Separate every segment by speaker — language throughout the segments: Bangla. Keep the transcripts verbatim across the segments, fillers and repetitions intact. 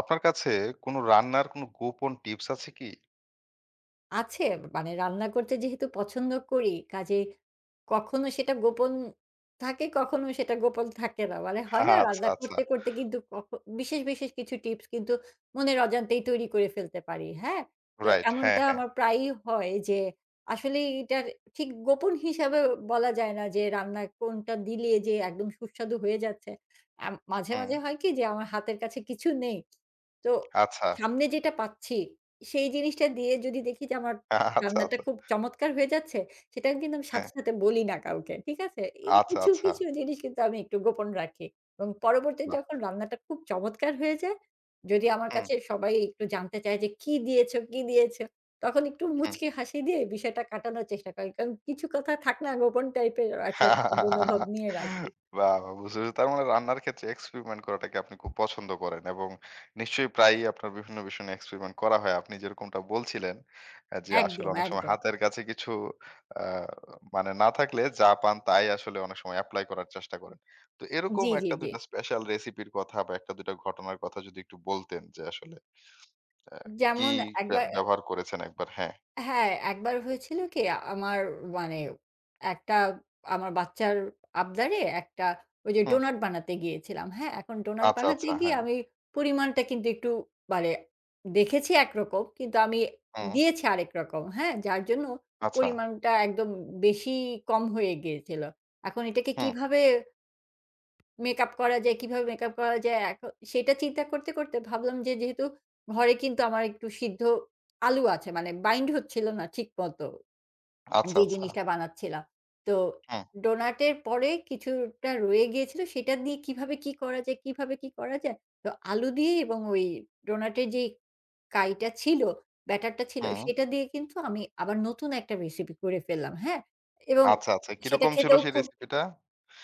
Speaker 1: আপনার কাছে কোনো রান্নার কোনো গোপন টিপস আছে কি?
Speaker 2: আছে। মানে রান্না করতে যেহেতু পছন্দ করি, কাজেই কখনো সেটা গোপন থাকে, কখনো সেটা গোপন থাকে না। মানে হয় না
Speaker 1: আচ্ছা,
Speaker 2: রান্না
Speaker 1: আচ্ছা।
Speaker 2: করতে, করতে কিন্তু কখ বিশেষ, বিশেষ কিছু টিপস কিন্তু মনের অজান্তেই তৈরি করে ফেলতে পারি, হ্যাঁ? তো
Speaker 1: রাইট। হ্যাঁ,
Speaker 2: এমনটা
Speaker 1: হ্যাঁ।
Speaker 2: আমার প্রায়ই হয় যে আসলে এটার ঠিক গোপন হিসাবে বলা যায় না যে রান্না কোনটা দিলে যে একদম সুস্বাদু হয়ে যাচ্ছে। আম মাঝে,
Speaker 1: হুম।
Speaker 2: মাঝে হয় কি যে আমার হাতের কাছে কিছু নেই। তো
Speaker 1: আচ্ছা।
Speaker 2: সামনে যেটা পাচ্ছি সেই জিনিসটা দিয়ে যদি দেখি যে আমার
Speaker 1: আচ্ছা,
Speaker 2: রান্নাটা
Speaker 1: আচ্ছা।
Speaker 2: খুব চমৎকার হয়ে যাচ্ছে, সেটা কিন্তু আমি
Speaker 1: হ্যাঁ।
Speaker 2: সাথে, সাথে বলি না কাউকে। ঠিক আছে? এই
Speaker 1: আচ্ছা,
Speaker 2: কিছু,
Speaker 1: আচ্ছা।
Speaker 2: কিছু জিনিস কিন্তু আমি একটু গোপন রাখি। এবং পরবর্তী
Speaker 1: বাহ!
Speaker 2: যখন রান্নাটা খুব চমৎকার হয়ে যায়, যদি আমার
Speaker 1: হুম,
Speaker 2: কাছে সবাই একটু জানতে চায় যে, "কি দিয়েছো, কি দিয়েছো?" তখন একটু
Speaker 1: হুম।
Speaker 2: মুচকি হাসি দিয়ে বিষয়টা কাটানোর চেষ্টা করি। কারণ কিছু কথা থাক না গোপন টাইপের একটা মনোভাব
Speaker 1: বাহ!
Speaker 2: নিয়ে রাখি।
Speaker 1: বাহ! বুঝতে পেরেছি। তার মানে রান্নার ক্ষেত্রে এক্সপেরিমেন্ট করাটাকে আপনি খুব পছন্দ করেন এবং নিশ্চয়ই প্রায়ই আপনার বিভিন্ন বিষয় নিয়ে এক্সপেরিমেন্ট করা হয়। আপনি যেরকমটা বলছিলেন, আ যে আসলে
Speaker 2: একদম,
Speaker 1: অনেক সময়
Speaker 2: একদম।
Speaker 1: হাতের কাছে কিছু আ মানে না থাকলে যা পান তাই আসলে অনেক সময় এপ্লাই করার চেষ্টা করেন। তো এরকম
Speaker 2: জি,
Speaker 1: এক
Speaker 2: জি, জি।
Speaker 1: দুই টা স্পেশাল রেসিপির কথা বা এক দুই টা ঘটনার কথা যদি একটু বলতেন যে আসলে আ কি
Speaker 2: যেমন
Speaker 1: ব্য
Speaker 2: একবার
Speaker 1: ব্যবহার করেছেন একবার? হ্যাঁ।
Speaker 2: হ্যাঁ, একবার হয়েছিল কি আমার মানে একটা আমার বাচ্চার আবদারে একটা ওই যে
Speaker 1: হুম।
Speaker 2: ডোনাট বানাতে গিয়েছিলাম। হ্যাঁ, এখন ডোনাট
Speaker 1: আচ্ছা,
Speaker 2: বানাতে
Speaker 1: আচ্ছা।
Speaker 2: গিয়ে
Speaker 1: হ্যাঁ।
Speaker 2: আমি পরিমাণটা কিন্তু একটু মানে দেখেছি একরকম কিন্তু আমি
Speaker 1: হুম।
Speaker 2: দিয়েছি আরেক রকম। হ্যাঁ, যার জন্য
Speaker 1: আচ্ছা।
Speaker 2: পরিমাণটা একদম বেশি কম হয়ে গিয়েছিল। এখন এটাকে
Speaker 1: হুম।
Speaker 2: কিভাবে মেকআপ করা যায়, কিভাবে মেকআপ করা যায়? এখ সেটা চিন্তা করতে, করতে ভাবলাম যে যেহেতু ঘরে কিন্তু আমার একটু সিদ্ধ আলু আছে মানে বাইন্ড হচ্ছিল না ঠিক মতো
Speaker 1: আচ্ছা,
Speaker 2: যে
Speaker 1: আচ্ছা।
Speaker 2: জিনিসটা বানাচ্ছিলাম। তো
Speaker 1: হুম,
Speaker 2: ডোনাটের পরে কিছুটা রয়ে গিয়েছিল সেটা দিয়ে কিভাবে কি করা যায়, কিভাবে কি করা যায়? তো আলু দিয়ে এবং ওই ডোনাটের যেই কাইটা ছিল, ব্যাটারটা ছিল
Speaker 1: হুম।
Speaker 2: সেটা দিয়ে কিন্তু আমি আবার নতুন একটা রেসিপি করে ফেললাম, হ্যাঁ? এবং
Speaker 1: আচ্ছা, আচ্ছা।
Speaker 2: সেটা
Speaker 1: কিরকম ছিল
Speaker 2: খেতেও
Speaker 1: সেই
Speaker 2: খুব
Speaker 1: রেসিপিটা?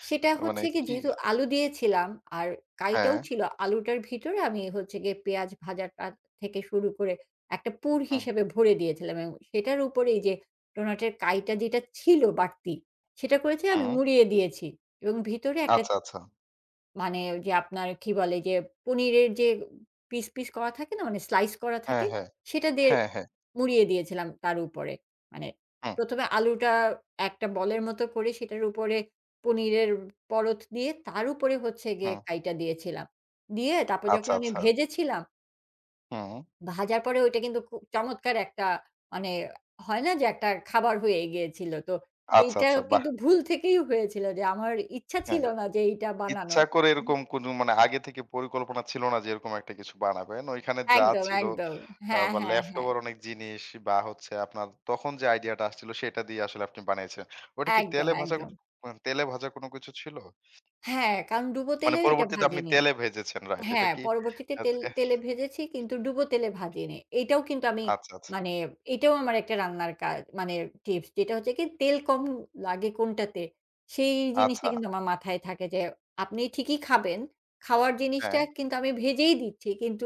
Speaker 2: সেটা
Speaker 1: মানে
Speaker 2: হচ্ছে কি
Speaker 1: কি
Speaker 2: যেহেতু আলু দিয়েছিলাম আর
Speaker 1: হ্যাঁ,
Speaker 2: কারিটাও ছিল আলুটার ভিতরে আমি হচ্ছে গিয়ে পেঁয়াজ ভাজাটা থেকে শুরু করে একটা পুর
Speaker 1: হুম,
Speaker 2: হিসেবে ভরে দিয়েছিলাম এবং সেটার উপরে এই যে ডোনাটের কাইটা যেটা ছিল বাড়তি সেটা করেছি আমি
Speaker 1: হুম।
Speaker 2: মুড়িয়ে দিয়েছি এবং ভিতরে একটা
Speaker 1: আচ্ছা, আচ্ছা।
Speaker 2: মানে ওই যে আপনার কি বলে যে পনিরের যে পিস, পিস করা থাকে না? মানে স্লাইস করা
Speaker 1: হ্যাঁ,
Speaker 2: থাকে,
Speaker 1: হ্যাঁ।
Speaker 2: সেটা দিয়ে
Speaker 1: হ্যাঁ, হ্যাঁ।
Speaker 2: মুড়িয়ে দিয়েছিলাম তার উপরে। মানে
Speaker 1: হুম,
Speaker 2: ১ম এ আলুটা একটা বলের মতো করে সেটার উপরে পনিরের পরত দিয়ে তার উপরে হচ্ছে গিয়ে
Speaker 1: হুম।
Speaker 2: কাইটা দিয়েছিলাম। দিয়ে তারপর
Speaker 1: আচ্ছা,
Speaker 2: যখন আমি
Speaker 1: আচ্ছা।
Speaker 2: ভেজেছিলাম,
Speaker 1: হুম।
Speaker 2: ভাজার পরে ওইটা কিন্তু খুব চমৎকার একটা মানে হয় না যে একটা খাবার হয়ে গিয়েছিল। তো
Speaker 1: আচ্ছা,
Speaker 2: এইটা
Speaker 1: আচ্ছা। বাহ!
Speaker 2: কিন্তু ভুল থেকেই হয়েছিল যে আমার ইচ্ছা
Speaker 1: হ্যাঁ।
Speaker 2: ছিল না যে এইটা
Speaker 1: ইচ্ছা
Speaker 2: বানানোর।
Speaker 1: করে এরকম কোনো মানে আগে থেকে পরিকল্পনা ছিল না যে এরকম একটা কিছু বানাবেন। ওইখানে যা
Speaker 2: একদম,
Speaker 1: ছিল
Speaker 2: একদম।
Speaker 1: আ
Speaker 2: হ্যাঁ,
Speaker 1: বা
Speaker 2: হ্যাঁ,
Speaker 1: left
Speaker 2: হ্যাঁ।
Speaker 1: over অনেক জিনিস বা হচ্ছে আপনার তখন যে আইডিয়াটা আসছিল সেটা দিয়ে আসলে আপনি বানিয়েছেন। ওটা কি
Speaker 2: একদম,
Speaker 1: তেলে ভাজা কোনো
Speaker 2: একদম।
Speaker 1: মানে তেলে ভাজা কোনো কিছু ছিল?
Speaker 2: হ্যাঁ, কারণ ডুবো
Speaker 1: মানে
Speaker 2: তেলে এটা
Speaker 1: পরবর্তীতে আপনি
Speaker 2: ভাজিনি।
Speaker 1: তেলে ভেজেছেন, রাইট। এটা
Speaker 2: হ্যাঁ,
Speaker 1: কি
Speaker 2: পরবর্তীতে
Speaker 1: আত
Speaker 2: তেল
Speaker 1: এহ
Speaker 2: তেলে ভেজেছি কিন্তু ডুবো তেলে ভাজিনি। এইটাও কিন্তু আমি
Speaker 1: আচ্ছা, আচ্ছা।
Speaker 2: মানে এটাও আমার একটা রান্নার কাজ মানে টিপস যেটা হচ্ছে কি তেল কম লাগে কোনটাতে, সেই জিনিসটা
Speaker 1: আচ্ছা।
Speaker 2: কিন্তু আমার মাথায় থাকে যে আপনি ঠিকই খাবেন। খাওয়ার জিনিসটা
Speaker 1: হ্যাঁ,
Speaker 2: কিন্তু আমি ভেজেই দিচ্ছি। কিন্তু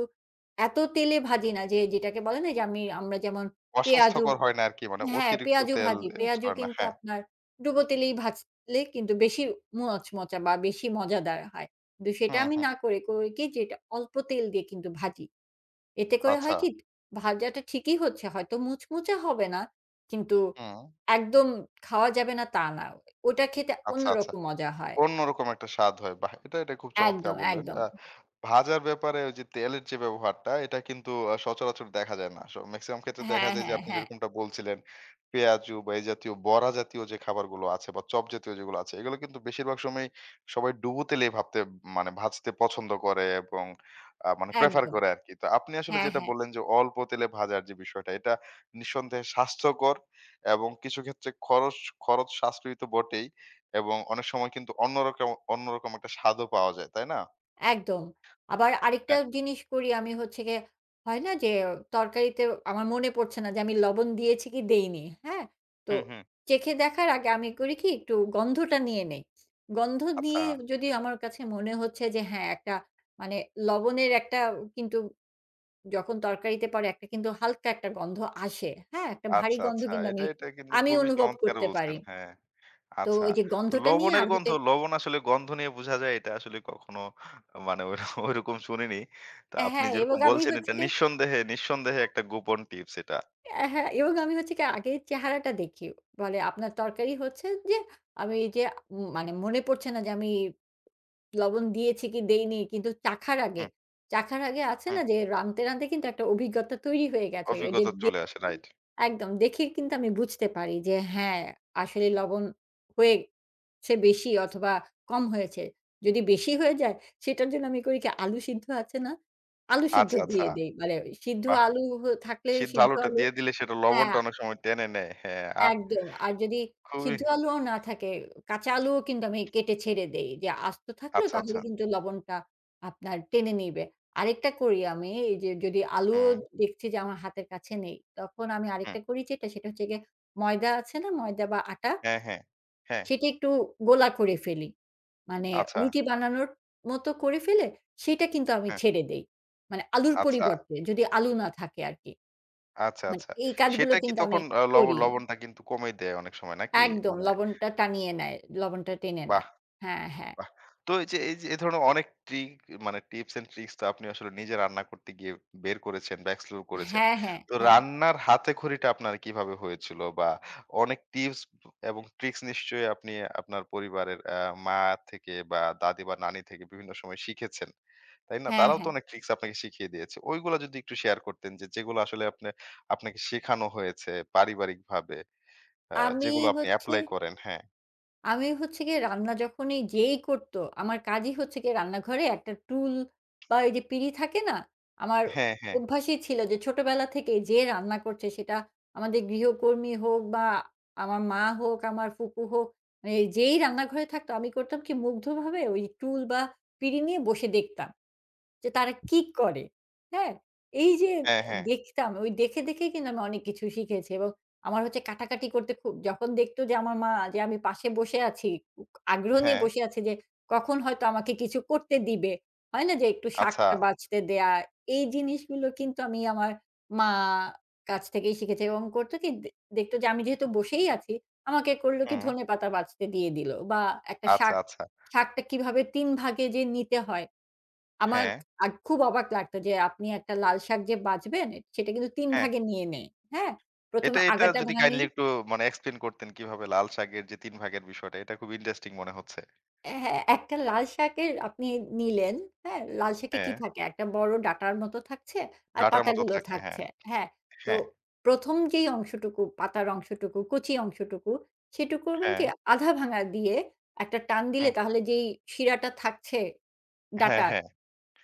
Speaker 2: এত তেলে ভাজি না যে যেটাকে বলে না যে আমি আমরা যেমন পেঁয়াজু
Speaker 1: অস্বাস্থ্যকর হয় না আরকি। মানে
Speaker 2: হ্যাঁ,
Speaker 1: অতিরিক্ত
Speaker 2: পেঁয়াজু
Speaker 1: তেল
Speaker 2: ভাজি।
Speaker 1: ইউজ
Speaker 2: পেঁয়াজু
Speaker 1: করে না।
Speaker 2: কিন্তু
Speaker 1: হ্যাঁ।
Speaker 2: আপনার ডুবো তেলেই ভাজলে কিন্তু বেশি মচমচা বা বেশি মজাদার হয়। কিন্তু সেটা
Speaker 1: হুম,
Speaker 2: আমি
Speaker 1: হুম।
Speaker 2: না করে, করি কি যে এটা অল্প তেল দিয়ে কিন্তু ভাজি। এতে করে
Speaker 1: আচ্ছা।
Speaker 2: হয় কি ভাজাটা ঠিকই হচ্ছে, হয়তো মুচমুচে হবে না, কিন্তু
Speaker 1: হুম।
Speaker 2: একদম খাওয়া যাবে না তা না। ওটা খেতে
Speaker 1: আচ্ছা, আচ্ছা।
Speaker 2: অন্যরকম মজা হয়।
Speaker 1: অন্যরকম একটা স্বাদ হয়। বাহ! এটা, এটা খুব চমৎকার
Speaker 2: একদম,
Speaker 1: বললেন।
Speaker 2: একদম।
Speaker 1: আ ভাজার ব্যাপারে ওই যে তেলের যে ব্যবহারটা, এটা কিন্তু আ সচরাচর দেখা যায় না। স মেক্সিমাম ক্ষেত্রে দেখা
Speaker 2: হ্যাঁ,
Speaker 1: যায় যে
Speaker 2: হ্যাঁ,
Speaker 1: আপনি
Speaker 2: হ্যাঁ।
Speaker 1: যেরকমটা বলছিলেন, পেঁয়াজু বা এই জাতীয় বড়া জাতীয় যে খাবারগুলো আছে বা চপ জাতীয় যেগুলো আছে, এগুলো কিন্তু বেশিরভাগ সময়ই সবাই ডুবো তেলেই ভাবতে মানে ভাজতে পছন্দ করে এবং আ মানে প্রেফার
Speaker 2: একদম।
Speaker 1: করে আরকি। তো আপনি আসলে
Speaker 2: হ্যাঁ,
Speaker 1: যেটা
Speaker 2: হ্যাঁ।
Speaker 1: বললেন যে অল্প তেলে ভাজার যে বিষয়টা, এটা নিঃসন্দেহে স্বাস্থ্যকর এবং কিছু ক্ষেত্রে খরচ খরচ সাশ্রয়ী তো বটেই। এবং অনেক সময় কিন্তু অন্যরকম অন্যরকম একটা স্বাদও পাওয়া যায়, তাই না?
Speaker 2: একদম। আবার আরেকটা
Speaker 1: হ্যাঁ,
Speaker 2: জিনিস করি আমি হচ্ছে গিয়ে, হয় না যে তরকারিতে আমার মনে পড়ছে না যে আমি লবণ দিয়েছি কি দেইনি, হ্যাঁ? তো
Speaker 1: হুম, হুম।
Speaker 2: চেখে দেখার আগে আমি করি কি একটু গন্ধটা নিয়ে নেই। গন্ধ
Speaker 1: আচ্ছা,
Speaker 2: নিয়ে যদি আমার কাছে মনে হচ্ছে যে হ্যাঁ, একটা মানে লবণের একটা কিন্তু যখন তরকারিতে পড়ে একটা কিন্তু হালকা একটা গন্ধ আসে, হ্যাঁ? একটা ভারী
Speaker 1: আচ্ছা,
Speaker 2: গন্ধ
Speaker 1: আচ্ছা।
Speaker 2: কিন্তু
Speaker 1: এটা,
Speaker 2: আমি,
Speaker 1: এটা কিন্তু
Speaker 2: আমি
Speaker 1: খুবই
Speaker 2: অনুভব
Speaker 1: চমৎকার
Speaker 2: করতে
Speaker 1: বলছেন।
Speaker 2: পারি।
Speaker 1: হ্যাঁ,
Speaker 2: তো
Speaker 1: আচ্ছা।
Speaker 2: ওই যে
Speaker 1: তো
Speaker 2: গন্ধটা নিয়ে
Speaker 1: লবণের
Speaker 2: আর
Speaker 1: গন্ধ
Speaker 2: হতে
Speaker 1: লবণ আসলে গন্ধ নিয়ে বোঝা যায়, এটা আসলে কখনো মানে ওই ওইরকম শুনিনি। তো আপনি
Speaker 2: হ্যাঁ, এবং
Speaker 1: যেরকম
Speaker 2: আমি
Speaker 1: বলছেন,
Speaker 2: হচ্ছে
Speaker 1: এটা
Speaker 2: গিয়ে
Speaker 1: নিঃসন্দেহে নিঃসন্দেহে একটা গোপন টিপস এটা।
Speaker 2: অ্যা হ্যাঁ, এবং আমি হচ্ছে কি আগে চেহারাটা দেখি। বলে, "আপনার তরকারি হচ্ছে যে আমি এই যে উম মানে মনে পড়ছে না যে আমি লবণ দিয়েছি কি দেইনি।" কিন্তু চাখার আগে
Speaker 1: হুম,
Speaker 2: চাখার আগে আছে
Speaker 1: হুম।
Speaker 2: না যে রাঁধতে, রাঁধতে কিন্তু একটা অভিজ্ঞতা তৈরি হয়ে গেছে। ওই যে
Speaker 1: অভিজ্ঞতা
Speaker 2: দে
Speaker 1: চলে আসে, রাইট।
Speaker 2: একদম দেখে কিন্তু আমি বুঝতে পারি যে হ্যাঁ, আসলে লবণ হয়েছে বেশি অথবা কম হয়েছে। যদি বেশি হয়ে যায় সেটার জন্য আমি করি কি আলু সিদ্ধ আছে না? আলু সিদ্ধ
Speaker 1: আচ্ছা, আচ্ছা।
Speaker 2: দিয়ে দেই। মানে সিদ্ধ
Speaker 1: বাহ!
Speaker 2: আলু হ থাকলে
Speaker 1: সিদ্ধ
Speaker 2: সিদ্ধ
Speaker 1: আলুটা
Speaker 2: আলু
Speaker 1: দিয়ে দিলে সেটা
Speaker 2: হ্যাঁ।
Speaker 1: লবণটা অনেক সময় টেনে নেয়। হ্যাঁ, আহ!
Speaker 2: একদম। আর যদি
Speaker 1: খুবই
Speaker 2: সিদ্ধ আলুও না থাকে, কাঁচা আলুও কিন্তু আমি কেটে ছেড়ে দেই। যে আস্ত থাকলো
Speaker 1: আচ্ছা,
Speaker 2: তাহলে
Speaker 1: আচ্ছা।
Speaker 2: কিন্তু লবণটা আপনার টেনে নিবে। আরেকটা করি আমি এই যে যদি আলুও
Speaker 1: হুম,
Speaker 2: দেখছি যে আমার হাতের কাছে নেই, তখন আমি
Speaker 1: হুম।
Speaker 2: আরেকটা করি যেটা সেটা হচ্ছে গিয়ে ময়দা আছে না? ময়দা বা আটা
Speaker 1: হ্যাঁ, হ্যাঁ, হ্যাঁ।
Speaker 2: সেটা একটু গোলা করে ফেলি। মানে
Speaker 1: আচ্ছা,
Speaker 2: রুটি বানানোর মতো করে ফেলে সেটা কিন্তু আমি
Speaker 1: হ্যাঁ,
Speaker 2: ছেড়ে দেই। মানে আলুর
Speaker 1: আচ্ছা,
Speaker 2: পরিবর্তে যদি আলু না থাকে আরকি।
Speaker 1: আচ্ছা,
Speaker 2: মানে
Speaker 1: আচ্ছা।
Speaker 2: এই কাজগুলো
Speaker 1: সেটা কি
Speaker 2: কিন্তু আমি
Speaker 1: তখন আ লব
Speaker 2: করি।
Speaker 1: লবণটা কিন্তু কমে দেয় অনেক সময় নাকি?
Speaker 2: একদম
Speaker 1: মানে
Speaker 2: লবণটা টানিয়ে নেয়, লবণটা টেনে
Speaker 1: বাহ!
Speaker 2: নেয়। হ্যাঁ, হ্যাঁ।
Speaker 1: বাহ! তো এই যে, এই যে এ ধরনের অনেক ট্রিক মানে টিপস এন্ড ট্রিকস তো আপনি আসলে নিজে রান্না করতে গিয়ে বের করেছেন বা এক্সপ্লোর করেছেন।
Speaker 2: হ্যাঁ, হ্যাঁ,
Speaker 1: তো
Speaker 2: হ্যাঁ,
Speaker 1: রান্নার হাতেখড়িটা আপনার কিভাবে হয়েছিল? বা অনেক টিপস এবং ট্রিকস নিশ্চয়ই আপনি আপনার পরিবারের আ মা থেকে বা দাদি বা নানি থেকে বিভিন্ন সময় শিখেছেন। তাই না?
Speaker 2: হ্যাঁ,
Speaker 1: তারাও তো
Speaker 2: হ্যাঁ।
Speaker 1: অনেক ট্রিকস আপনাকে শিখিয়ে দিয়েছে। ওইগুলা যদি একটু শেয়ার করতেন যে যেগুলো আসলে আপনে আপনাকে শেখানো হয়েছে পারিবারিকভাবে, আ
Speaker 2: আমি
Speaker 1: যেগুলো আপনি
Speaker 2: হচ্ছে
Speaker 1: এপ্লাই করেন। হ্যাঁ।
Speaker 2: আমি হচ্ছে গিয়ে রান্না যখনই যেই করত, আমার কাজই হচ্ছে গিয়ে রান্নাঘরে একটা টুল বা এই যে পিঁড়ি থাকে না? আমার
Speaker 1: হ্যাঁ, হ্যাঁ,
Speaker 2: অভ্যাসই ছিল যে ছোটবেলা থেকে যে রান্না করছে সেটা আমাদের গৃহকর্মী হোক বা আমার মা হোক, আমার ফুপু হোক, মানে যেই রান্নাঘরে থাকতো আমি করতাম কি মুগ্ধভাবে ওই টুল বা পিঁড়ি নিয়ে বসে দেখতাম। যে তারা কি করে? হ্যাঁ? এই যে
Speaker 1: হ্যাঁ,
Speaker 2: আ
Speaker 1: হ্যাঁ,
Speaker 2: দেখতাম, ওই দেখে, দেখেই কিন্তু আমি অনেক কিছু শিখেছি এবং আমার হচ্ছে কাটাকাটি করতে খুব যখন দেখতো যে আমার মা যে আমি পাশে বসে আছি, উক আগ্রহ নিয়ে
Speaker 1: হ্যাঁ।
Speaker 2: বসে আছি যে কখন হয়তো আমাকে কিছু করতে দিবে। হয় না যে একটু
Speaker 1: আচ্ছা,
Speaker 2: শাকটা বাছতে দেয়া, এই জিনিসগুলো কিন্তু আমি আমার মা কাছ থেকেই শিখেছি এবং করতো কি দে দেখতো যে আমি যেহেতু বসেই আছি, আমাকে করলো কি
Speaker 1: হুম,
Speaker 2: ধনেপাতা বাছতে দিয়ে দিল বা একটা
Speaker 1: আচ্ছা,
Speaker 2: শাক,
Speaker 1: আচ্ছা।
Speaker 2: শাকটা কিভাবে তিন ভাগে যে নিতে হয় আমার
Speaker 1: হ্যাঁ,
Speaker 2: আ খুব অবাক লাগতো যে আপনি একটা লাল শাক যে বাছবেন সেটা কিন্তু তিন
Speaker 1: হ্যাঁ।
Speaker 2: ভাগে নিয়ে নেই। হ্যাঁ? ১ম
Speaker 1: এটা,
Speaker 2: এ
Speaker 1: এটা
Speaker 2: আগাটা
Speaker 1: যদি
Speaker 2: ভাঙি
Speaker 1: কাইন্ডলি একটু মানে এক্সপ্লেইন করতেন কিভাবে লাল শাকের যে তিন ভাগের বিষয়টা, এটা খুব ইন্টারেস্টিং মনে হচ্ছে।
Speaker 2: হ্যাঁ, একটা লাল শাকের আপনি নিলেন, হ্যাঁ? লাল শাকে কি
Speaker 1: হ্যাঁ,
Speaker 2: থাকে? একটা বড় ডাঁটার মতো থাকছে আর
Speaker 1: ডাঁটার মতো
Speaker 2: পাতাগুলো
Speaker 1: থাকে। হ্যাঁ,
Speaker 2: থাকছে। হ্যাঁ, তো
Speaker 1: হ্যাঁ,
Speaker 2: ১ম যেই অংশটুকু, পাতার অংশটুকু, কচি অংশটুকু সেটুকু করবেন
Speaker 1: হ্যাঁ,
Speaker 2: কি আধা ভাঙা দিয়ে একটা টান দিলে
Speaker 1: হুম,
Speaker 2: তাহলে যেই শিরাটা থাকছে
Speaker 1: হ্যাঁ,
Speaker 2: ডাঁটার
Speaker 1: হ্যাঁ,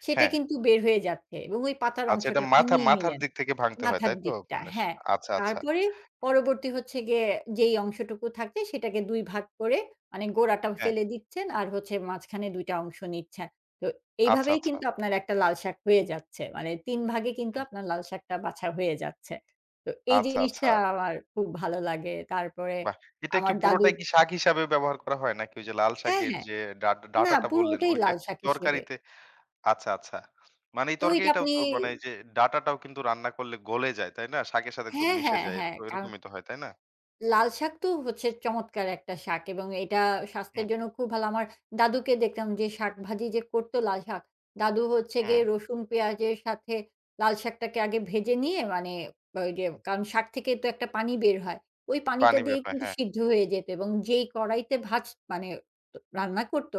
Speaker 2: সেটা
Speaker 1: হ্যাঁ।
Speaker 2: কিন্তু বের হয়ে যাচ্ছে এবং ওই পাতার
Speaker 1: আচ্ছা, এটা
Speaker 2: অংশটা আপনি
Speaker 1: মাথা
Speaker 2: নিয়ে
Speaker 1: মাথার
Speaker 2: নিলেন।
Speaker 1: দিক থেকে ভাঙতে হয়
Speaker 2: মাথার
Speaker 1: তাই তো?
Speaker 2: দিকটা,
Speaker 1: মানে
Speaker 2: হ্যাঁ।
Speaker 1: আচ্ছা, আচ্ছা।
Speaker 2: তারপরে পরবর্তী হচ্ছে গিয়ে যেই অংশটুকু থাকছে সেটাকে দুই ভাগ করে মানে গোড়াটা
Speaker 1: হ্যাঁ,
Speaker 2: ফেলে দিচ্ছেন আর হচ্ছে মাঝখানে দুই টা অংশ নিচ্ছেন। তো
Speaker 1: আচ্ছা,
Speaker 2: এইভাবেই
Speaker 1: আচ্ছা।
Speaker 2: কিন্তু আপনার একটা লাল শাক হয়ে যাচ্ছে। মানে তিন ভাগে কিন্তু
Speaker 1: হুম,
Speaker 2: আপনার লাল শাকটা বাছা হয়ে যাচ্ছে। তো এই
Speaker 1: আচ্ছা,
Speaker 2: জিনিসটা
Speaker 1: আচ্ছা।
Speaker 2: আমার খুব ভালো লাগে। তারপরে
Speaker 1: বাহ! এটা কি
Speaker 2: আমার দাদু
Speaker 1: পুরোটাই কি শাক হিসাবে ব্যবহার করা হয়? নাকি ওই যে লাল
Speaker 2: হ্যাঁ,
Speaker 1: শাকের
Speaker 2: হ্যাঁ।
Speaker 1: যে ডা
Speaker 2: না
Speaker 1: ডাঁটাটা
Speaker 2: পুরো
Speaker 1: বললেন,
Speaker 2: ওটাই
Speaker 1: ওইটা
Speaker 2: লাল
Speaker 1: কি
Speaker 2: শাক হিসেবে।
Speaker 1: তরকারিতে আচ্ছা, আচ্ছা। মানে এই
Speaker 2: তো এটা
Speaker 1: তরকারিটাও
Speaker 2: আপনি
Speaker 1: তো মানে এই যে ডাঁটাটাও কিন্তু রান্না করলে গলে যায়, তাই না? শাকের সাথে একদম
Speaker 2: হ্যাঁ,
Speaker 1: মিশে
Speaker 2: হ্যাঁ,
Speaker 1: যায়,
Speaker 2: হ্যাঁ।
Speaker 1: এরকম
Speaker 2: কারণ
Speaker 1: এরকমই তো হয়, তাই না?
Speaker 2: লাল শাক তো হচ্ছে চমৎকার একটা শাক এবং এটা
Speaker 1: হুম,
Speaker 2: স্বাস্থ্যের জন্য খুব ভালো। আমার দাদুকে দেখতাম যে শাকভাজি যে করত লাল শাক, দাদু হচ্ছে গিয়ে
Speaker 1: হুম,
Speaker 2: রসুন পেঁয়াজের সাথে লাল শাকটাকে আগে ভেজে নিয়ে মানে ওই যে
Speaker 1: হুম।
Speaker 2: কারণ শাক থেকে তো একটা পানি বের হয়। ওই পানিটা
Speaker 1: পানি বের
Speaker 2: দিয়েই
Speaker 1: হয়।
Speaker 2: কিন্তু
Speaker 1: হ্যাঁ,
Speaker 2: সিদ্ধ হয়ে যেত এবং যেই কড়াইতে ভাজ মানে ত রান্না করত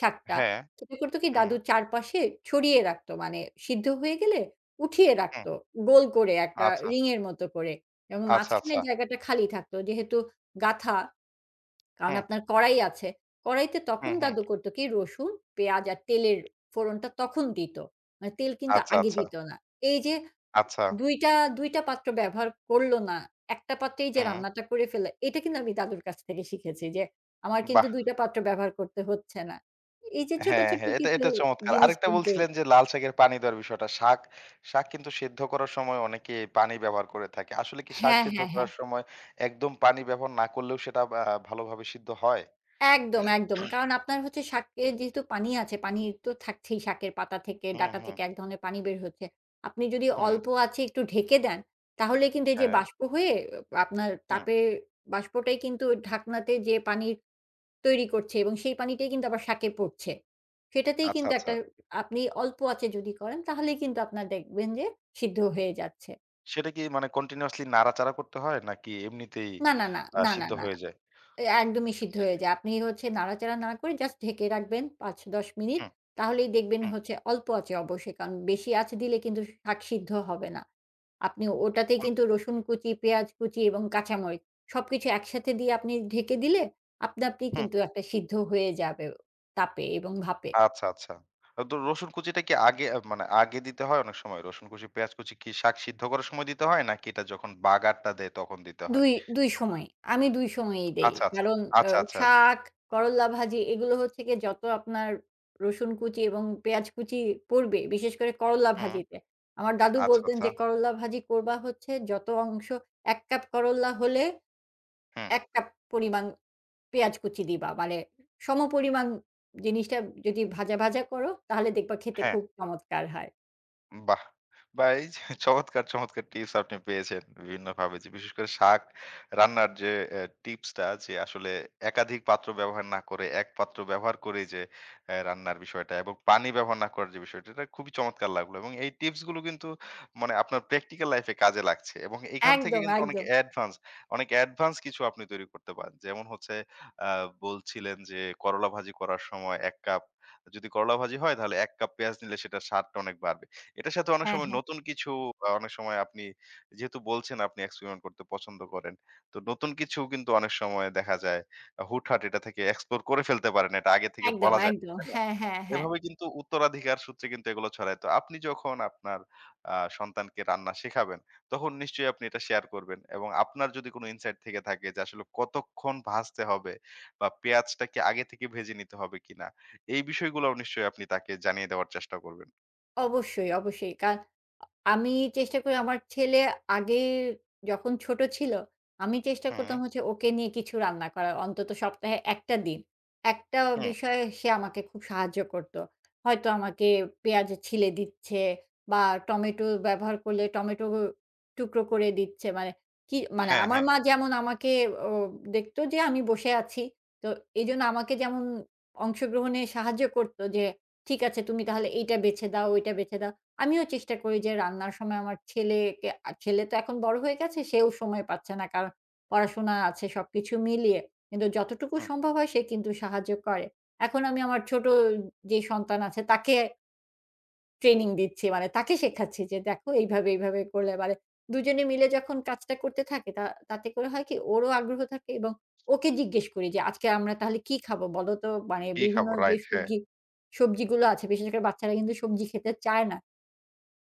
Speaker 2: শাকটা,
Speaker 1: হ্যাঁ,
Speaker 2: সেটা করত কি
Speaker 1: হুম,
Speaker 2: দাদু চারপাশে ছড়িয়ে রাখত। মানে সিদ্ধ হয়ে গেলে উঠিয়ে
Speaker 1: হুম।
Speaker 2: রাখত গোল করে একটা
Speaker 1: আচ্ছা,
Speaker 2: রিং এর মতো করে। এবং
Speaker 1: আচ্ছা, আচ্ছা।
Speaker 2: মাঝখানের জায়গাটা খালি থাকতো। যেহেতু গাঁথা, কারণ
Speaker 1: হুম,
Speaker 2: আপনার কড়াই আছে। কড়াইতে তখন
Speaker 1: হুম, হুম।
Speaker 2: দাদু করত কি রসুন, পেঁয়াজ আর তেলের ফোড়নটা তখন দিত। মানে তেল কিন্তু
Speaker 1: আচ্ছা,
Speaker 2: আগে
Speaker 1: আচ্ছা,
Speaker 2: দিত না। এই যে
Speaker 1: আচ্ছা।
Speaker 2: ২ টা দুই টা পাত্র ব্যবহার করল না। একটা পাত্রেই যে
Speaker 1: হুম।
Speaker 2: রান্নাটা করে ফেলে, এটা কিন্তু আমি দাদুর কাছ থেকে শিখেছি যে আমার কিন্তু
Speaker 1: বাহ!
Speaker 2: দুই টা পাত্র ব্যবহার করতে হচ্ছে না। এই যে ছোট,
Speaker 1: হ্যাঁ,
Speaker 2: ছোট
Speaker 1: হ্যাঁ। এটা,
Speaker 2: কিছু
Speaker 1: এটা চমৎকার।
Speaker 2: জিনিস
Speaker 1: আরেকটা
Speaker 2: কিন্তু
Speaker 1: বলছিলেন যে লাল শাকের পানি দেওয়ার বিষয়টা। শাক, শাক কিন্তু সেদ্ধ করার সময় অনেকে পানি ব্যবহার করে থাকে। আসলে কি শাক
Speaker 2: হ্যাঁ,
Speaker 1: সেদ্ধ
Speaker 2: হ্যাঁ, হ্যাঁ।
Speaker 1: করার সময় একদম পানি ব্যবহার না করলেও সেটা আ ভালোভাবে সিদ্ধ হয়?
Speaker 2: একদম, একদম। কারণ আপনার হচ্ছে শাকে যেহেতু পানি আছে, পানি তো থাকছেই শাকের পাতা থেকে,
Speaker 1: হুম,
Speaker 2: ডাঁটা
Speaker 1: হুম,
Speaker 2: থেকে এক ধরনের পানি বের হচ্ছে। আপনি যদি
Speaker 1: হুম।
Speaker 2: অল্প আঁচে একটু ঢেকে দেন, তাহলে কিন্তু এই যে
Speaker 1: হ্যাঁ,
Speaker 2: বাষ্প হয়ে আপনার
Speaker 1: হুম।
Speaker 2: তাপের বাষ্পটাই কিন্তু ঢাকনাতে যে পানি তৈরি করছে এবং সেই পানিটাই কিন্তু আবার শাকে পড়ছে। সেটাতেই
Speaker 1: আচ্ছা,
Speaker 2: কিন্তু
Speaker 1: আচ্ছা।
Speaker 2: একটা আপনি অল্প আঁচে যদি করেন, তাহলেই কিন্তু আপনার দেখবেন যে সিদ্ধ হয়ে যাচ্ছে।
Speaker 1: সেটা কি মানে কন্টিনিউয়াসলি নাড়াচাড়া করতে হয় নাকি এমনিতেই
Speaker 2: না, না, না,
Speaker 1: আ
Speaker 2: না, না,
Speaker 1: সিদ্ধ
Speaker 2: না।
Speaker 1: হয়ে যায়?
Speaker 2: এ একদমই সিদ্ধ হয়ে যায়। আপনি হচ্ছে নাড়াচাড়া না করে জাস্ট ঢেকে রাখবেন পাঁচ থেকে দশ মিনিট।
Speaker 1: হুম,
Speaker 2: তাহলেই দেখবেন
Speaker 1: হুম,
Speaker 2: হচ্ছে অল্প আঁচে অবশ্যই। কারণ বেশি আঁচ দিলে কিন্তু শাক সিদ্ধ হবে না। আপনি ওটাতেই
Speaker 1: হুম,
Speaker 2: কিন্তু রসুন কুচি, পেঁয়াজ কুচি এবং কাঁচামরিচ সবকিছু একসাথে দিয়ে আপনি ঢেকে দিলে আপনা আপনি
Speaker 1: হুম।
Speaker 2: কিন্তু একটা সিদ্ধ হয়ে যাবে তাপে এবং ভাপে।
Speaker 1: আচ্ছা, আচ্ছা। আ তো রসুন কুচিটা কি আগে আ মানে আগে দিতে হয় অনেক সময়? রসুন কুচি, পেঁয়াজ কুচি কি শাক সিদ্ধ করার সময় দিতে হয়? নাকি এটা যখন বাগারটা দেয় তখন দিতে হয়?
Speaker 2: ২, দুই সময়। আমি দুই সময়ই দেই।
Speaker 1: আচ্ছা, আচ্ছা।
Speaker 2: কারণ অ
Speaker 1: আচ্ছা, আচ্ছা।
Speaker 2: শাক, করল্লা ভাজি এগুলো হচ্ছে গিয়ে যত আপনার রসুন কুচি এবং পেঁয়াজ কুচি পড়বে, বিশেষ করে করল্লা
Speaker 1: হুম।
Speaker 2: ভাজিতে। আমার দাদু
Speaker 1: আচ্ছা,
Speaker 2: বলতেন
Speaker 1: আচ্ছা।
Speaker 2: যে, "করল্লা ভাজি করবা হচ্ছে যত অংশ এক কাপ করল্লা হলে
Speaker 1: হুম।
Speaker 2: এক কাপ পরিমাণ পেঁয়াজ কুচি দিবা।" মানে সমপরিমাণ জিনিসটা যদি ভাজা, ভাজা করো তাহলে দেখবা খেতে
Speaker 1: হ্যাঁ।
Speaker 2: খুব চমৎকার হয়।
Speaker 1: বাহ! বা এই যে চমৎকার, চমৎকার টিপস আপনি পেয়েছেন বিভিন্নভাবে, যে বিশেষ করে শাক রান্নার যে অ্যা টিপসটা যে আসলে একাধিক পাত্র ব্যবহার না করে এক পাত্র ব্যবহার করে যে অ্যা রান্নার বিষয়টা এবং পানি ব্যবহার না করার যে বিষয়টা, এটা খুবই চমৎকার লাগলো এবং এই টিপস গুলো কিন্তু মানে আপনার প্র্যাকটিক্যাল লাইফ এ কাজে লাগছে এবং এখান থেকে
Speaker 2: একদম,
Speaker 1: কিন্তু অনেক
Speaker 2: একদম।
Speaker 1: অ্যাডভান্স, অনেক অ্যাডভান্স কিছু আপনি তৈরি করতে পারেন। যেমন হচ্ছে আ বলছিলেন যে করলা ভাজি করার সময় এক কাপ যদি করলা ভাজি হয়, তাহলে এক কাপ পেঁয়াজ নিলে সেটার স্বাদটা অনেক বাড়বে। এটার সাথে অনেক
Speaker 2: হ্যাঁ,
Speaker 1: সময়
Speaker 2: হ্যাঁ।
Speaker 1: নতুন কিছু আ অনেক সময় আপনি, যেহেতু বলছেন আপনি এক্সপেরিমেন্ট করতে পছন্দ করেন। তো নতুন কিছু কিন্তু অনেক সময় দেখা যায় আ হুটহাট এটা থেকে এক্সপ্লোর করে ফেলতে পারেন। এটা আগে থেকে
Speaker 2: একদম,
Speaker 1: বলা যায় না,
Speaker 2: একদম।
Speaker 1: তাই না?
Speaker 2: হ্যাঁ, হ্যাঁ, হ্যাঁ।
Speaker 1: এভাবে কিন্তু উত্তরাধিকার সূত্রে কিন্তু এগুলো ছড়ায়। তো আপনি যখন আপনার আ সন্তানকে রান্না শেখাবেন, তখন নিশ্চয়ই আপনি এটা শেয়ার করবেন এবং আপনার যদি কোনো ইনসাইট থেকে থাকে যে আসলে কতক্ষণ ভাজতে হবে বা পেঁয়াজটা কি আগে থেকে ভেজে নিতে হবে কিনা? এই বিষয়গুলোও নিশ্চয়ই আপনি তাকে জানিয়ে দেওয়ার চেষ্টা করবেন।
Speaker 2: অবশ্যই, অবশ্যই। কার আমি চেষ্টা করি আমার ছেলে আগে যখন ছোট ছিল, আমি চেষ্টা করতাম
Speaker 1: হুম,
Speaker 2: হচ্ছে ওকে নিয়ে কিছু রান্না করার। অন্তত সপ্তাহে এক টা দিন। একটা
Speaker 1: হুম।
Speaker 2: বিষয়ে সে আমাকে খুব সাহায্য করত। হয়তো আমাকে পেঁয়াজ ছিলে দিচ্ছে বা টমেটো ব্যবহার করলে টমেটো টুকরো করে দিচ্ছে। মানে কি মানে
Speaker 1: হ্যাঁ,
Speaker 2: আমার
Speaker 1: হ্যাঁ।
Speaker 2: মা যেমন আমাকে ও দেখত যে আমি বসে আছি। তো এজন্য আমাকে যেমন অংশগ্রহণে সাহায্য করত যে ঠিক আছে তুমি তাহলে এইটা বেছে দাও, ওইটা বেছে দাও। আমিও চেষ্টা করি যে রান্নার সময় আমার ছেলেকে আ ছেলে তো এখন বড় হয়ে গেছে, সেও সময় পাচ্ছে না। কারণ পড়াশোনা আছে সবকিছু মিলিয়ে। কিন্তু যতটুকু
Speaker 1: হুম।
Speaker 2: সম্ভব হয় সে কিন্তু সাহায্য করে। এখন আমি আমার ছোট যে সন্তান আছে তাকে ট্রেনিং দিচ্ছি। মানে তাকে শেখাচ্ছি যে, "দেখো এইভাবে, এইভাবে করলে" মানে দুই জনে মিলে যখন কাজটা করতে থাকে তা তাতে করে হয় কি ওরও আগ্রহ থাকে এবং ওকে জিজ্ঞেস করি যে, "আজকে আমরা তাহলে কি খাবো বলো তো?" মানে
Speaker 1: কি
Speaker 2: বিভিন্ন
Speaker 1: খাবো?
Speaker 2: যে
Speaker 1: রাইট, হ্যাঁ।
Speaker 2: সবজি সবজিগুলো আছে বিশেষ করে বাচ্চারা কিন্তু সবজি খেতে চায় না।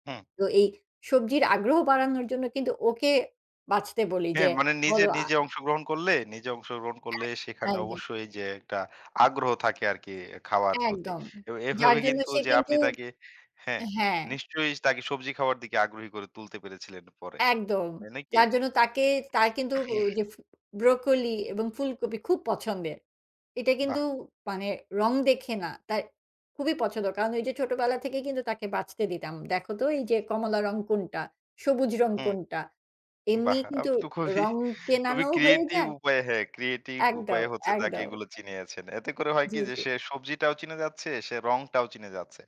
Speaker 1: হুম।
Speaker 2: তো এই সবজির আগ্রহ বাড়ানোর জন্য কিন্তু ওকে বাছতে বলি
Speaker 1: হ্যাঁ,
Speaker 2: যে,
Speaker 1: মানে নিজে,
Speaker 2: "বলো" আ
Speaker 1: নিজে অংশগ্রহণ করলে, নিজে অংশগ্রহণ করলে,
Speaker 2: এক
Speaker 1: সেখানে
Speaker 2: একদম,
Speaker 1: অবশ্যই যে একটা আগ্রহ থাকে আরকি খাওয়ার প্রতি।
Speaker 2: একদম।
Speaker 1: এবং
Speaker 2: যার
Speaker 1: এভাবে
Speaker 2: জন্য
Speaker 1: কিন্তু
Speaker 2: সে
Speaker 1: যে আপনি
Speaker 2: কিন্তু
Speaker 1: তাকে হ্যাঁ,
Speaker 2: হ্যাঁ।
Speaker 1: নিশ্চয়ই তাকে সবজি খাওয়ার দিকে আগ্রহী করে তুলতে পেরেছিলেন পরে।
Speaker 2: একদম।
Speaker 1: তাই নাকি?
Speaker 2: যার জন্য তাকে তার কিন্তু ও যে ফু ব্রোকলি এবং ফুলকপি খুব পছন্দের। এটা
Speaker 1: বাহ!
Speaker 2: কিন্তু মানে রং দেখে না, তার খুবই পছন্দ। কারণ ওই যে ছোটবেলা থেকেই কিন্তু তাকে বাছতে দিতাম। দেখো তো এই যে কমলা রং কোনটা, সবুজ রং
Speaker 1: হুম।
Speaker 2: কোনটা। এমনি
Speaker 1: বাহ!
Speaker 2: কিন্তু
Speaker 1: আপনি তো খুবই,
Speaker 2: রং
Speaker 1: খুবই
Speaker 2: চেনানো হয়ে
Speaker 1: ক্রিয়েটিভ
Speaker 2: যায়
Speaker 1: উপায়ে হ্যাঁ, ক্রিয়েটিভ
Speaker 2: একদম,
Speaker 1: উপায়ে হচ্ছে তাকে
Speaker 2: একদম।
Speaker 1: এগুলো চিনিয়েছেন। এতে করে হয় কি
Speaker 2: জি,
Speaker 1: যে
Speaker 2: জি।
Speaker 1: সে সবজিটাও চিনে যাচ্ছে, সে রংটাও চিনে যাচ্ছে।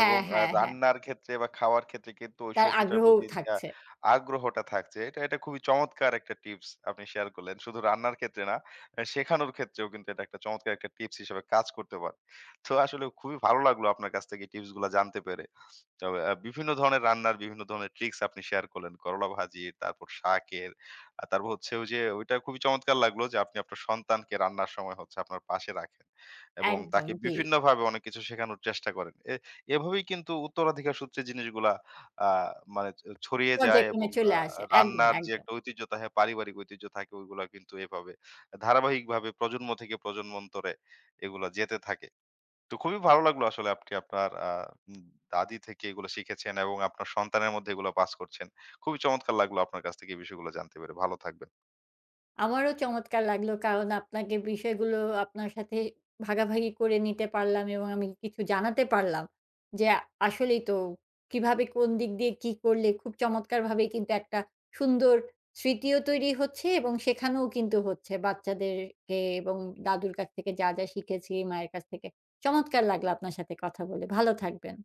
Speaker 1: এবং আ
Speaker 2: হ্যাঁ, হ্যাঁ।
Speaker 1: রান্নার ক্ষেত্রে বা খাওয়ার ক্ষেত্রে কিন্তু ওই
Speaker 2: তার
Speaker 1: সবজিটার
Speaker 2: আগ্রহও
Speaker 1: প্রতি আ
Speaker 2: থাকছে।
Speaker 1: আগ্রহটা থাকছে। এটা, এটা খুবই চমৎকার একটা টিপস আপনি শেয়ার করলেন। শুধু রান্নার ক্ষেত্রে না, আ শেখানোর ক্ষেত্রেও কিন্তু এটা একটা চমৎকার একটা টিপস হিসেবে কাজ করতে পারে। তো আসলে খুবই ভালো লাগলো আপনার কাছ থেকে এই টিপস গুলা জানতে পেরে। তবে আ বিভিন্ন ধরনের রান্নার বিভিন্ন ধরনের ট্রিকস আপনি শেয়ার করলেন। করলা ভাজির, তারপর শাকের, আ তারপর হচ্ছে ওই যে, ওইটা খুবই চমৎকার লাগলো যে আপনি আপনার সন্তানকে রান্নার সময় হচ্ছে আপনার পাশে রাখেন এবং
Speaker 2: একদম,
Speaker 1: তাকে
Speaker 2: জি।
Speaker 1: বিভিন্নভাবে অনেক কিছু শেখানোর চেষ্টা করেন। এ এভাবেই কিন্তু উত্তরাধিকার সূত্রে জিনিসগুলা আ মানে ছ ছড়িয়ে যায়
Speaker 2: পর্যায়ক্রমে
Speaker 1: এবং আ
Speaker 2: চলে আসে। একদম,
Speaker 1: রান্নার যে
Speaker 2: একদম।
Speaker 1: একটা ঐতিহ্য থাকে, পারিবারিক ঐতিহ্য থাকে, ওইগুলা কিন্তু এভাবে ধারাবাহিকভাবে প্রজন্ম থেকে প্রজন্মান্তরে এগুলা যেতে থাকে। তো খুবই ভালো লাগলো আসলে আপনি আপনার আ উম দাদি থেকে এগুলো শিখেছেন এবং আপনার সন্তানের মধ্যে এগুলো পাস করছেন। খুবই চমৎকার লাগলো আপনার কাছ থেকে এই বিষয়গুলো জানতে পেরে। ভালো থাকবেন।
Speaker 2: আমারও চমৎকার লাগলো। কারণ আপনাকে বিষয়গুলো আপনার সাথে ভাগাভাগি করে নিতে পারলাম এবং আমি কিছু জানাতে পারলাম। যে আসলেই তো কিভাবে কোন দিক দিয়ে কি করলে খুব চমৎকারভাবে কিন্তু একটা সুন্দর স্মৃতিও তৈরি হচ্ছে এবং শেখানোও কিন্তু হচ্ছে বাচ্চাদেরকে এবং দাদুর কাছ থেকে যা, যা শিখেছি, মায়ের কাছ থেকে। চমৎকার লাগলো আপনার সাথে কথা বলে। ভালো থাকবেন।